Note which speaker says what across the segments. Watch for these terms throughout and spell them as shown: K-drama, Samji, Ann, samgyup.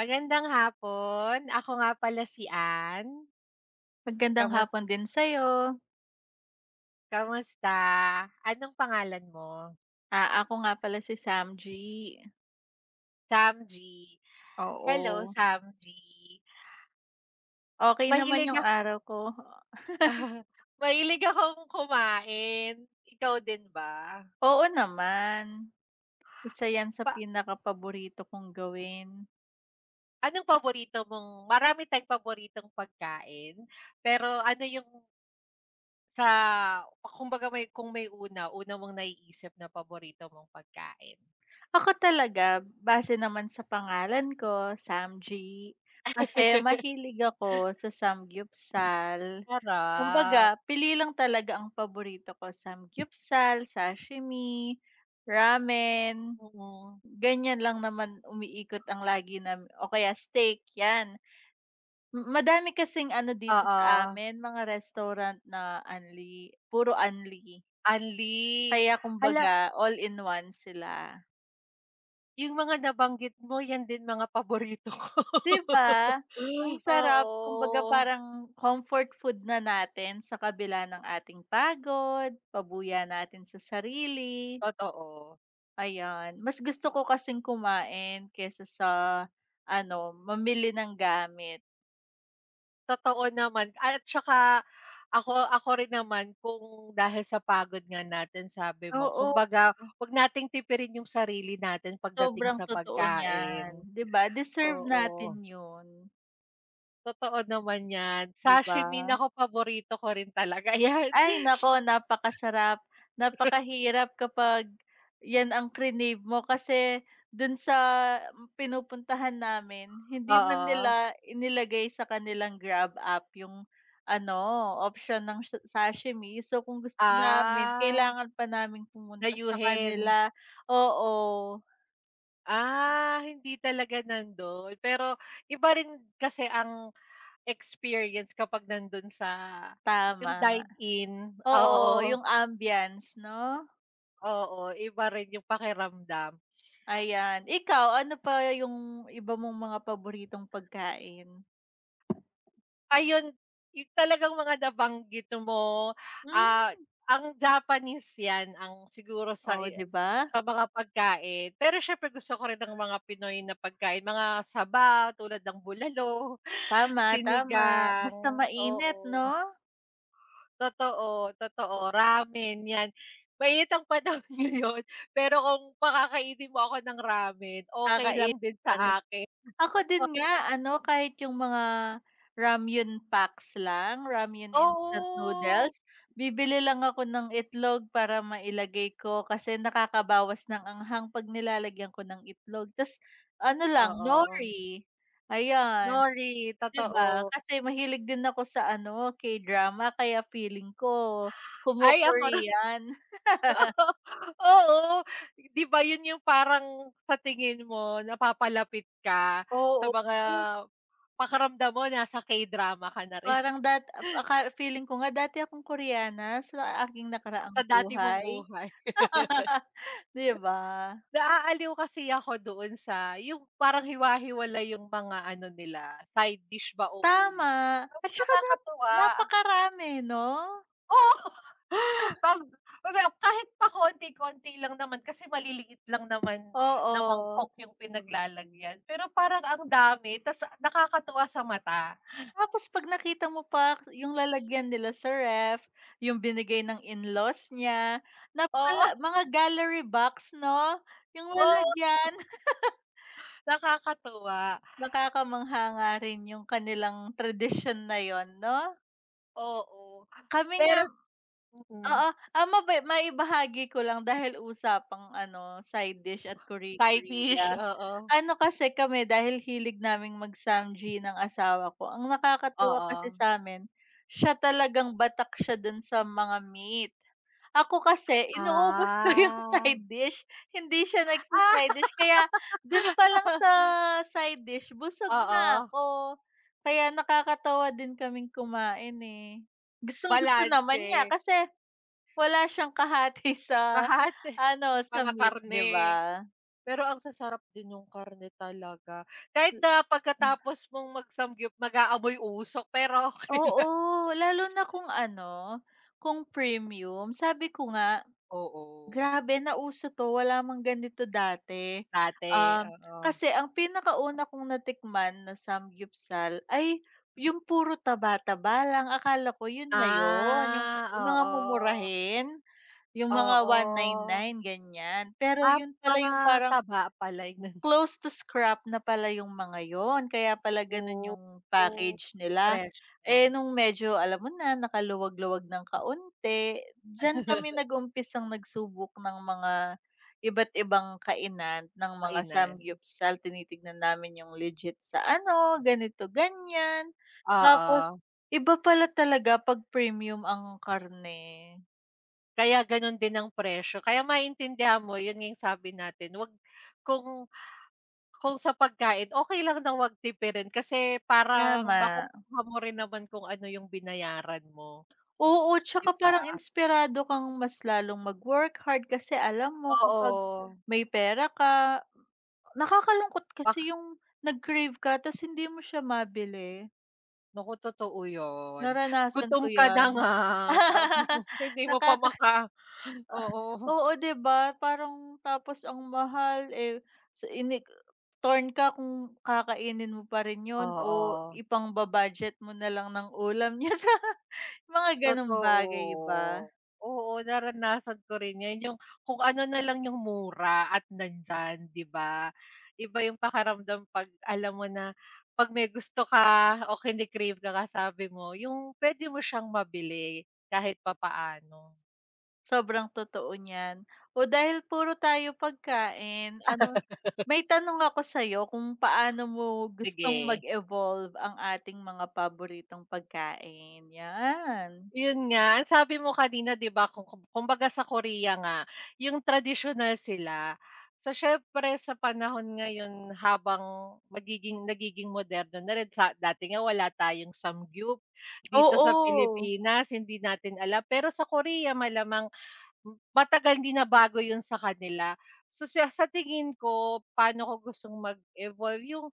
Speaker 1: Magandang hapon. Ako nga pala si Ann.
Speaker 2: Magandang
Speaker 1: Kamus
Speaker 2: hapon din sa'yo.
Speaker 1: Kamusta? Anong pangalan mo?
Speaker 2: Ah, ako nga pala si Samji.
Speaker 1: Samji. Hello,
Speaker 2: Oo,
Speaker 1: Samji.
Speaker 2: okey naman
Speaker 1: Mahilig
Speaker 2: yung
Speaker 1: ak
Speaker 2: araw ko.
Speaker 1: Mahilig akong kumain. Ikaw din ba?
Speaker 2: Oo naman, isa yan sa
Speaker 1: Pa
Speaker 2: pinakapaborito kong gawin.
Speaker 1: Anong paborito mong marami tayong paboritong pagkain, pero ano yung sa kumbaga may may una, una mong naiisip na paborito mong pagkain?
Speaker 2: Ako talaga base naman sa pangalan ko, Samji, kasi mahilig ako sa samgyupsal.
Speaker 1: Sarap,
Speaker 2: Kumbaga pili lang talaga ang paborito ko, samgyupsal, sashimi, ramen.
Speaker 1: mm.
Speaker 2: Ganyan lang naman umiikot ang lagi nam o kaya steak, 'yan. Madami kasing ano dito sa
Speaker 1: Oo,
Speaker 2: amin, mga restaurant na only, puro only.
Speaker 1: Anli.
Speaker 2: Kaya
Speaker 1: Hala,
Speaker 2: kumbaga all in one sila.
Speaker 1: yung mga nabanggit mo yan din mga paborito ko.
Speaker 2: 'Di ba? Ang
Speaker 1: Eh.
Speaker 2: sarap,
Speaker 1: Oo,
Speaker 2: kumbaga parang comfort food na natin sa kabila ng ating pagod, pabuya natin sa sarili,
Speaker 1: totoo.
Speaker 2: ayan. Mas gusto ko kasing kumain kaysa sa ano, mamili ng gamit.
Speaker 1: Totoo naman, at saka ako ako rin naman kung dahil sa pagod nga natin sabi mo
Speaker 2: Oo.
Speaker 1: kumbaga 'wag nating tipirin yung sarili natin pagdating
Speaker 2: Sobrang
Speaker 1: sa
Speaker 2: totoo
Speaker 1: pagkain.
Speaker 2: niyan, 'di ba deserve natin
Speaker 1: Oo,
Speaker 2: 'yun,
Speaker 1: totoo naman yan.
Speaker 2: 'di
Speaker 1: Sashimi,
Speaker 2: ba?
Speaker 1: na naku, paborito ko rin talaga yan.
Speaker 2: Ay naku napakasarap, napakahirap kapag 'yan ang crinave mo kasi dun sa pinupuntahan namin hindi man
Speaker 1: Oo.
Speaker 2: nila inilagay sa kanilang Grab app yung ano, option ng sa sashimi. So, kung gusto namin
Speaker 1: Ah,
Speaker 2: kailangan pa naming pumunta sa
Speaker 1: dayuhin.
Speaker 2: kanila. Oo,
Speaker 1: Ah, hindi talaga nando'n. Pero iba rin kasi ang experience kapag nando'n sa
Speaker 2: tama.
Speaker 1: yung dine-in,
Speaker 2: Oo,
Speaker 1: oo,
Speaker 2: yung ambiance 'no?
Speaker 1: oo, iba rin yung pakiramdam.
Speaker 2: Ayan. Ikaw, ano pa yung iba mong mga paboritong pagkain?
Speaker 1: Ayun, yung talagang mga nabanggit mo,
Speaker 2: Hmm.
Speaker 1: ah, ang Japanese 'yan ang siguro
Speaker 2: Oh, 'di ba?
Speaker 1: sa mga pagkain. Pero syempre gusto ko rin ng mga Pinoy na pagkain, mga saba tulad ng bulalo,
Speaker 2: Tama, tama.
Speaker 1: sinigang,
Speaker 2: Basta mainit 'no?
Speaker 1: oo. Totoo, totoo. Ramen 'yan. Mainit ang panahon ngayon, pero kung pakakainin mo ako ng ramen, okay lang
Speaker 2: Kakainin
Speaker 1: din
Speaker 2: pa rin.
Speaker 1: sa akin.
Speaker 2: Ako din
Speaker 1: O-
Speaker 2: nga ano, kahit yung mga ramyun packs lang, ramyun instant
Speaker 1: Oo,
Speaker 2: noodles, bibili lang ako ng itlog para mailagay ko kasi nakakabawas ng anghang 'pag nilalagyan ko ng itlog. Tas ano lang,
Speaker 1: oo.
Speaker 2: nori, ayan.
Speaker 1: Nori,
Speaker 2: 'Di
Speaker 1: totoo.
Speaker 2: ba? Kasi mahilig din ako sa ano, K-drama kaya feeling ko
Speaker 1: Ay, ako rin,
Speaker 2: kumo-Korean.
Speaker 1: oo. 'Di ba 'yun yung parang sa tingin mo napapalapit ka sa
Speaker 2: Oo,
Speaker 1: mga pakiramdam mo nasa K-drama ka na rin,
Speaker 2: parang dat aka feeling ko nga dati akong Koreana sa aking nakaraang
Speaker 1: sa dati mong
Speaker 2: buhay,
Speaker 1: buhay.
Speaker 2: 'di ba?
Speaker 1: Naaaliw kasi ako doon sa yung parang hiwa-hiwalay yung mga ano nila, side dish ba o ulam.
Speaker 2: Tama, at
Speaker 1: Tapos
Speaker 2: saka
Speaker 1: nakakatuwa,
Speaker 2: napakarami 'no?
Speaker 1: oo, 'pag pag- kahit pakonti-konti lang naman kasi maliliit lang naman na
Speaker 2: Oo,
Speaker 1: mangkok yung pinaglalagyan, pero parang ang dami, ta's nakakatuwa sa mata.
Speaker 2: tapos 'pag nakita mo pa yung lalagyan nila sa ref, yung binigay ng in-laws niya, napakala
Speaker 1: Oo,
Speaker 2: mga gallery box 'no, yung
Speaker 1: oo,
Speaker 2: lalagyan.
Speaker 1: nakakatuwa,
Speaker 2: Nakakamangha nga rin yung kanilang tradisyon na yon, 'no?
Speaker 1: oo.
Speaker 2: Kami nga
Speaker 1: Pero mm,
Speaker 2: oo, maibahagi ko lang dahil usapang ano, side dish at
Speaker 1: side dish,
Speaker 2: kore-korea.
Speaker 1: oo,
Speaker 2: Ano kasi kami dahil hilig naming mag-samgi ng asawa ko, ang nakakatuwa
Speaker 1: oo.
Speaker 2: kasi sa'min, siya talagang batak siya dun sa mga meat. Ako kasi inuubos ko
Speaker 1: Ah.
Speaker 2: yung side dish, hindi siya nagsa-side
Speaker 1: Ah.
Speaker 2: dish kaya dun pa lang sa side dish busog na
Speaker 1: Oo,
Speaker 2: ako. Kaya nakakatawa din kaming kumain, eh. Gustong-gusto naman niya
Speaker 1: balanse,
Speaker 2: kasi wala siyang kahati sa
Speaker 1: kahati,
Speaker 2: ano, sa
Speaker 1: mga
Speaker 2: meat, 'di
Speaker 1: karne.
Speaker 2: ba?
Speaker 1: Pero ang sasarap din yung karne talaga. Kahit na
Speaker 2: Mm.
Speaker 1: pagkatapos mong mag-samgyup mag-aamoy usok, pero okey.
Speaker 2: Oo, lalo na kung ano, kung premium. Sabi ko nga,
Speaker 1: Oo,
Speaker 2: Grabe nauso 'to, wala mang ganito dati.
Speaker 1: dati,
Speaker 2: Um,
Speaker 1: oo.
Speaker 2: Kasi ang pinakauna kong natikman na samgyupsal ay yung puro taba-taba lang. Akala ko yun na yun, yung
Speaker 1: Ah,
Speaker 2: mga
Speaker 1: oo.
Speaker 2: mumurahin, yung mga
Speaker 1: Oo.
Speaker 2: 199 ganyan. Pero
Speaker 1: Ah,
Speaker 2: yun pala
Speaker 1: mga
Speaker 2: yung parang
Speaker 1: taba pala yung nando'n.
Speaker 2: close to scrap na pala yung mga yun, kaya pala ganun yung
Speaker 1: Oo,
Speaker 2: package nila.
Speaker 1: presko.
Speaker 2: Eh, nung medyo alam mo na, nakaluwag-luwag ng kaunti, diyan kami nag-umpisang nagsubok ng mga iba't ibang kainan ng mga
Speaker 1: Kainan,
Speaker 2: samgyupsal. Tinitignan namin yung legit sa ano, ganito, ganyan. Tapos
Speaker 1: oo.
Speaker 2: iba pala talaga 'pag premium ang karne,
Speaker 1: Kaya gano'n din ang presyo. Kaya maintindihan mo, 'yun nga yung sabi natin, wag kung sa pagkain, okay lang na wag tipirin kasi parang
Speaker 2: tama.
Speaker 1: makukuha mo rin naman kung ano yung binayaran mo,
Speaker 2: Oo,
Speaker 1: 'di
Speaker 2: tsaka parang
Speaker 1: ba?
Speaker 2: inspirado kang mas lalong mag-work hard kasi alam mo kapag
Speaker 1: Oo.
Speaker 2: may pera ka, nakakalungkot kasi
Speaker 1: Bak
Speaker 2: yung nag-crave ka tas hindi mo siya mabili.
Speaker 1: Naku, totoo 'yun.
Speaker 2: Naranasan
Speaker 1: Gutom
Speaker 2: ko
Speaker 1: ka na
Speaker 2: 'yan.
Speaker 1: nga tapos hindi mo pa
Speaker 2: Nakaka
Speaker 1: oo.
Speaker 2: Oo, 'di ba? Parang tapos ang mahal, eh, sa ini torn ka kung kakainin mo pa rin 'yun o
Speaker 1: Oo.
Speaker 2: ipang-ba-budget mo na lang ng ulam niyo sa mga gano'ng bagay ba.
Speaker 1: Totoo. Oo, naranasan ko rin 'yan, yung kung ano na lang yung mura at nandiyan, 'di ba? Iba yung pakaramdam 'pag alam mo na 'pag may gusto ka o kini-crave ka, kasabi mo, yung puwede mo siyang mabili kahit papaano.
Speaker 2: Sobrang totoo niyan. O dahil puro tayo pagkain, ano, may tanong ako sa'yo kung paano mo gustong
Speaker 1: Sige.
Speaker 2: mag-evolve ang ating mga paboritong pagkain, 'yan.
Speaker 1: Yun nga, ang sabi mo kanina, 'di ba kung kumbaga sa Korea nga, yung traditional sila. So siyempre sa panahon ngayon habang nagiging moderno na rin, sa dati nga wala tayong samgyup dito sa
Speaker 2: Oo.
Speaker 1: Pilipinas, hindi natin alam. Pero sa Korea, malamang matagal, hindi na bago yun sa kanila. So sa tingin ko paano ko gustong mag-evolve yung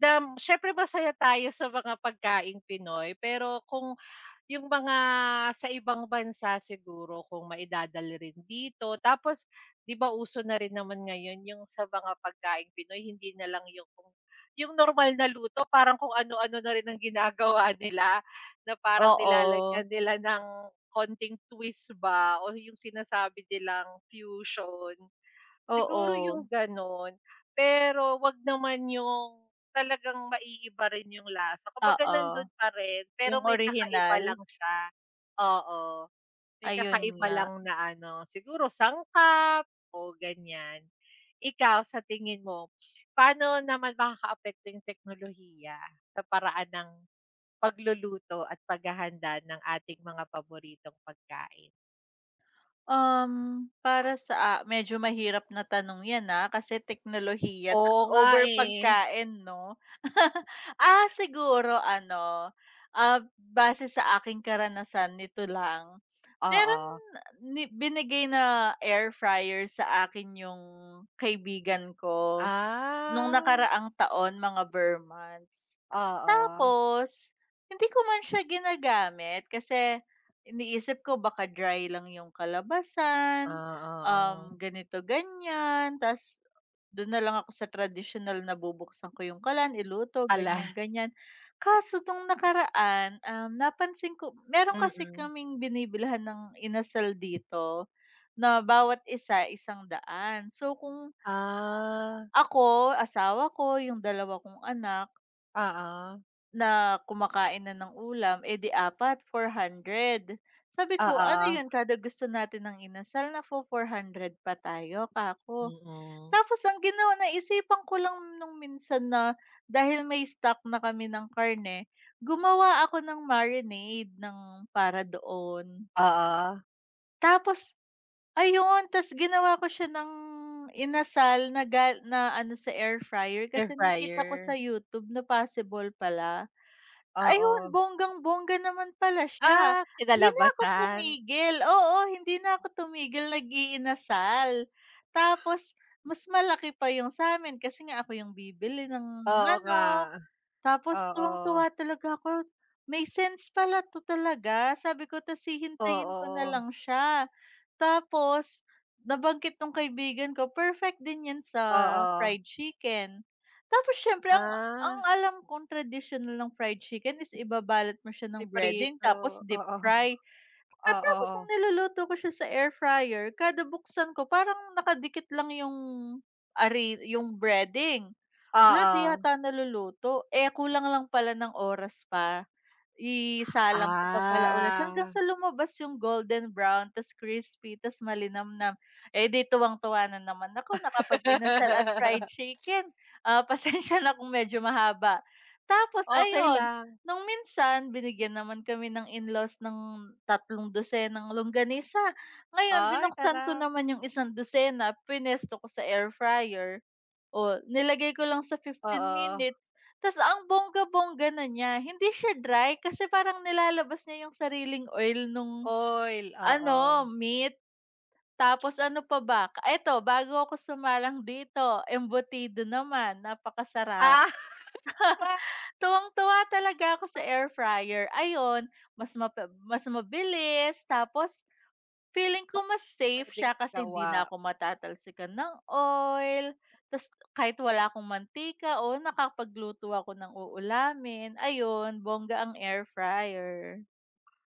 Speaker 1: siyempre masaya tayo sa mga pagkaing Pinoy, pero kung yung mga sa ibang bansa siguro kung maidadala rin dito, tapos 'di ba uso na rin naman ngayon yung sa mga pagkain Pinoy, hindi na lang yung yung normal na luto, parang kung ano-ano na rin ang ginagawa nila, na parang
Speaker 2: Oo.
Speaker 1: nilalagyan nila ng konting twist ba o yung sinasabi nilang fusion. Siguro yung
Speaker 2: Oo.
Speaker 1: gano'n, pero 'wag naman yung talagang maiiba rin yung lasa. Kumbaga
Speaker 2: Oo.
Speaker 1: nandun pa rin, pero
Speaker 2: Yung
Speaker 1: may kakaiba
Speaker 2: orihinal,
Speaker 1: lang siya. Oo, may
Speaker 2: ayun
Speaker 1: kakaiba
Speaker 2: nga.
Speaker 1: lang na ano, siguro sangkap o ganyan. Ikaw, sa tingin mo, paano naman makakaapekto yung teknolohiya sa paraan ng pagluluto at paghahanda ng ating mga paboritong pagkain?
Speaker 2: Para sa a medyo mahirap na tanong 'yan, kasi teknolohiya ta
Speaker 1: Oo nga,
Speaker 2: over
Speaker 1: eh.
Speaker 2: pagkain 'no? Ah, siguro ano, base sa aking karanasan nito lang, meron
Speaker 1: Oo.
Speaker 2: ni binigay na air fryer sa akin yung kaibigan ko. Nung
Speaker 1: Ah.
Speaker 2: nakaraang taon, mga bare months.
Speaker 1: Oo.
Speaker 2: Tapos, hindi ko man siya ginagamit kasi iniisip ko baka dry lang yung kalabasan,
Speaker 1: Ah, oo.
Speaker 2: ganito ganyan, ta's dun na lang ako sa traditional na bubuksan ko yung kalan, iluto,
Speaker 1: Hala,
Speaker 2: ganyan, ganyan. Kaso nung nakaraan, napansin ko meron kasi
Speaker 1: mm.
Speaker 2: kaming binibilhan ng inasal dito na bawat isa 100. So, kung
Speaker 1: Ah.
Speaker 2: ako, asawa ko, yung dalawa kong anak
Speaker 1: Oo.
Speaker 2: na kumakain na ng ulam, eh, di apat, 400. Sabi ko, "Ano 'yun
Speaker 1: Oo.
Speaker 2: kada gusto natin ng inasal nafo-400 pa tayo," kako.
Speaker 1: Mm.
Speaker 2: Tapos ang ginawa naisipan ko lang nung minsan na dahil may stock na kami ng karne, gumawa ako ng marinade ng para doon.
Speaker 1: Oo.
Speaker 2: Tapos ayun, ta's ginawa ko siya ng inasal na ga na ano sa air fryer
Speaker 1: Air
Speaker 2: kasi nakita ko
Speaker 1: fryer.
Speaker 2: sa YouTube na possible pala. Ayun,
Speaker 1: Oo.
Speaker 2: bonggang-bongga naman pala siya.
Speaker 1: Ah,
Speaker 2: 'Di na ako
Speaker 1: kinalabasan.
Speaker 2: tumigil, oo, hindi na ako tumigil nag-iinasal. Tapos mas malaki pa yung sa'min kasi nga ako yung bibili ng
Speaker 1: Oo nga.
Speaker 2: ano, tapos
Speaker 1: Oo.
Speaker 2: tuwang-tuwa talaga ako, "May sense pala 'to talaga," sabi ko, "tas hihintayin ko na
Speaker 1: Oo.
Speaker 2: lang siya." Tapos nabanggit nung kaibigan ko, perfect din 'yan sa
Speaker 1: Oo.
Speaker 2: fried chicken. Tapos siyempre ang
Speaker 1: Ah,
Speaker 2: alam kong traditional ng fried chicken is ibabalat mo siya ng breading
Speaker 1: piprito,
Speaker 2: tapos deep
Speaker 1: oo.
Speaker 2: fry. Pagkatapos nung
Speaker 1: Oo.
Speaker 2: niluluto ko siya sa air fryer, kada buksan ko parang nakadikit lang yung, ari yung breading. Wala, 'di
Speaker 1: Oo.
Speaker 2: yata naluluto. Eh, kulang lang pala ng oras pa. Isalang ko pa pala ulit hanggang
Speaker 1: Ah.
Speaker 2: sa lumabas yung golden brown tas crispy tas malinamnam. Eh, di tuwang-tuwa na naman ako nakapag-inasal at fried chicken. Ah, pasensya na kung medyo mahaba. Tapos
Speaker 1: Okey
Speaker 2: ayun,
Speaker 1: lang.
Speaker 2: nung minsan binigyan naman kami ng in-laws ng tatlong dosenang longganisa. Ngayon
Speaker 1: Ay,
Speaker 2: binuksan ko
Speaker 1: sarap.
Speaker 2: naman yung isang dosena, pinesto ko sa air fryer, o nilagay ko lang sa fifteen
Speaker 1: Oo.
Speaker 2: minutes. Tas ang bongga-bongga na niya, hindi siya dry kasi parang nilalabas niya yung sariling oil nung
Speaker 1: Oil,
Speaker 2: ano,
Speaker 1: oo.
Speaker 2: meat. Tapos ano pa ba, eto bago ako sumalang dito, embutido naman, napakasarap.
Speaker 1: Ah,
Speaker 2: Tuwang-tuwa talaga ako sa air fryer. Ayun, mas mas mabilis, tapos feeling ko mas safe
Speaker 1: puwedeng
Speaker 2: siya kasi hindi
Speaker 1: magawa.
Speaker 2: na ako matatalsikan ng oil. Tapos kahit wala akong mantika, o nakapagluto ako ng uulamin, ayun, bongga ang air fryer.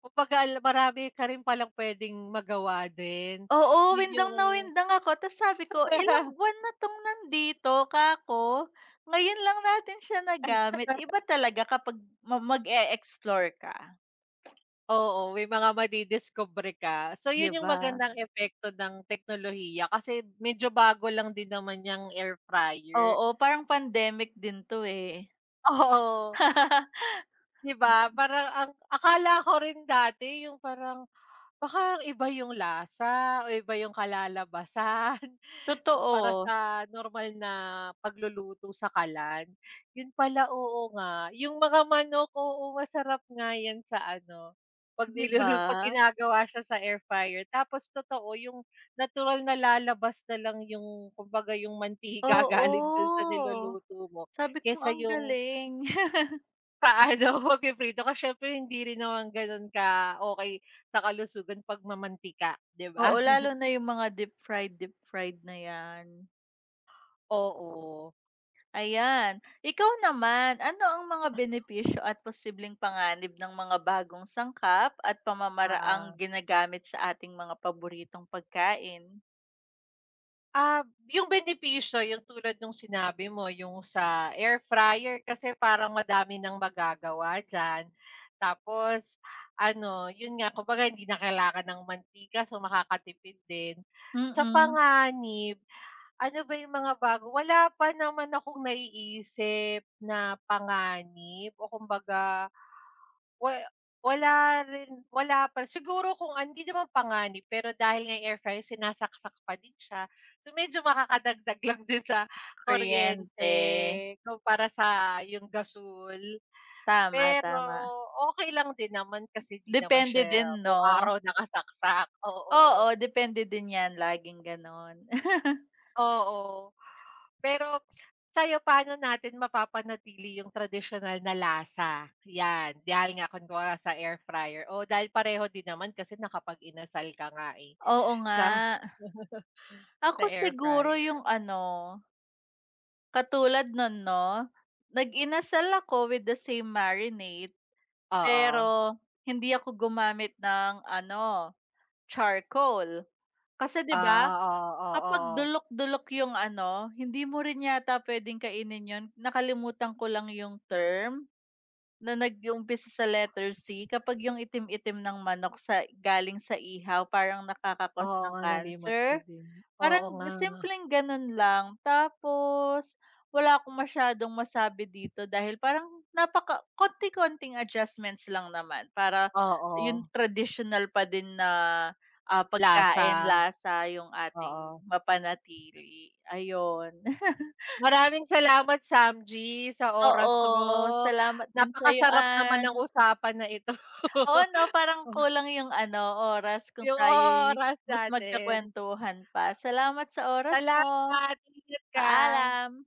Speaker 1: Kumbaga marami ka rin palang puwedeng magawa din.
Speaker 2: Oo,
Speaker 1: 'Yun
Speaker 2: windang
Speaker 1: yung
Speaker 2: na windang ako. Tapos sabi ko, "Ilang buwan na 'tong nandito, kako, ngayon lang natin siya nagamit." Iba talaga kapag mag-e-explore ka,
Speaker 1: oo, may mga madidiscover ka. So
Speaker 2: 'di
Speaker 1: 'yun yung
Speaker 2: ba?
Speaker 1: magandang epekto ng teknolohiya, kasi medyo bago lang din naman yung air fryer.
Speaker 2: Oo, parang pandemic din 'to, eh.
Speaker 1: Oo, 'di ba? Parang ang akala ko rin dati yung parang baka iba yung lasa o iba yung kalalabasan. Kumpara
Speaker 2: Totoo,
Speaker 1: sa normal na pagluluto sa kalan, yun pala, oo nga. Yung mga manok, oo, masarap nga yan sa ano,
Speaker 2: 'di ba?
Speaker 1: 'pag ginagawa siya sa air fryer. Tapos totoo yung natural na lalabas na lang yung kumbaga yung mantika galing dun sa
Speaker 2: Oo,
Speaker 1: niluluto mo,
Speaker 2: sabi ko
Speaker 1: kesa
Speaker 2: ang
Speaker 1: yung
Speaker 2: galing.
Speaker 1: paano magpiprito ka, siyempre hindi rin naman ganun ka okay sa kalusugan 'pag mamantika, 'di ba?
Speaker 2: Oo, lalo na yung mga deep fried na yan.
Speaker 1: Oo,
Speaker 2: Ayan, ikaw naman, ano ang mga benepisyo at posibleng panganib ng mga bagong sangkap at
Speaker 1: ah
Speaker 2: pamamaraang
Speaker 1: ah.
Speaker 2: ginagamit sa ating mga paboritong pagkain?
Speaker 1: Ah, yung benepisyo, yung tulad nung sinabi mo, yung sa air fryer kasi parang madami ng magagawa diyan. Tapos ano, yun nga, kumbaga hindi na kailangan ng mantika, so makakatipid din. Sa
Speaker 2: Mm,
Speaker 1: panganib, ano ba yung mga bago, wala pa naman akong naiisip na panganib o kumbaga Wa wala rin, wala pa siguro kung hindi naman panganib, pero dahil nga air fryer sinasaksak pa din siya, so medyo makakadagdag lang din sa kuryente
Speaker 2: kuryente.
Speaker 1: kumpara sa yung gasol.
Speaker 2: Tama,
Speaker 1: Pero
Speaker 2: tama.
Speaker 1: okey lang din naman kasi 'di naman
Speaker 2: Depende
Speaker 1: siya
Speaker 2: din
Speaker 1: buong
Speaker 2: 'no?
Speaker 1: araw nakasaksak,
Speaker 2: Oo,
Speaker 1: oo.
Speaker 2: depende din yan laging gano'n.
Speaker 1: Oo. Pero sa'yo, paano natin mapapanatili yung tradisyonal na lasa? 'Yan, dahil nga kunwari sa air fryer o dahil pareho din naman kasi nakapag-inasal ka nga, eh,
Speaker 2: Oo nga.
Speaker 1: sa
Speaker 2: Ako
Speaker 1: air
Speaker 2: siguro
Speaker 1: fryer.
Speaker 2: yung ano, katulad nun 'no, nag-inasal ako with the same marinade,
Speaker 1: Oo.
Speaker 2: pero hindi ako gumamit ng ano, charcoal. Kasi 'di ba,
Speaker 1: Ah,
Speaker 2: kapag
Speaker 1: oo, oo.
Speaker 2: dulok-dulok yung ano, hindi mo rin yata puwedeng kainin yon, nakalimutan ko lang yung term na nag-uumpisa sa letter C, kapag yung itim-itim ng manok sa galing sa ihaw parang nakakakos
Speaker 1: Oo
Speaker 2: ng
Speaker 1: nga, nalimot ko
Speaker 2: cancer.
Speaker 1: din.
Speaker 2: Parang
Speaker 1: Oo nga.
Speaker 2: simpleng gano'n lang. Tapos wala akong masyadong masabi dito dahil parang napaka konti-konting adjustments lang naman para
Speaker 1: Oo,
Speaker 2: yung traditional pa din na, pagkain,
Speaker 1: lasa,
Speaker 2: lasa yung ating
Speaker 1: oo.
Speaker 2: mapanatili, ayun.
Speaker 1: Maraming salamat, Samji, sa
Speaker 2: Oo,
Speaker 1: oras mo.
Speaker 2: salamat din sa'yo,
Speaker 1: Napakasarap naman
Speaker 2: Ann.
Speaker 1: ng usapan na ito.
Speaker 2: Oo 'no, parang kulang yung ano, oras kung
Speaker 1: Yung
Speaker 2: tayo
Speaker 1: oras
Speaker 2: mas
Speaker 1: natin.
Speaker 2: magkakuwentuhan pa. Salamat sa oras mo.
Speaker 1: Salamat, ingat ka.
Speaker 2: Paalam.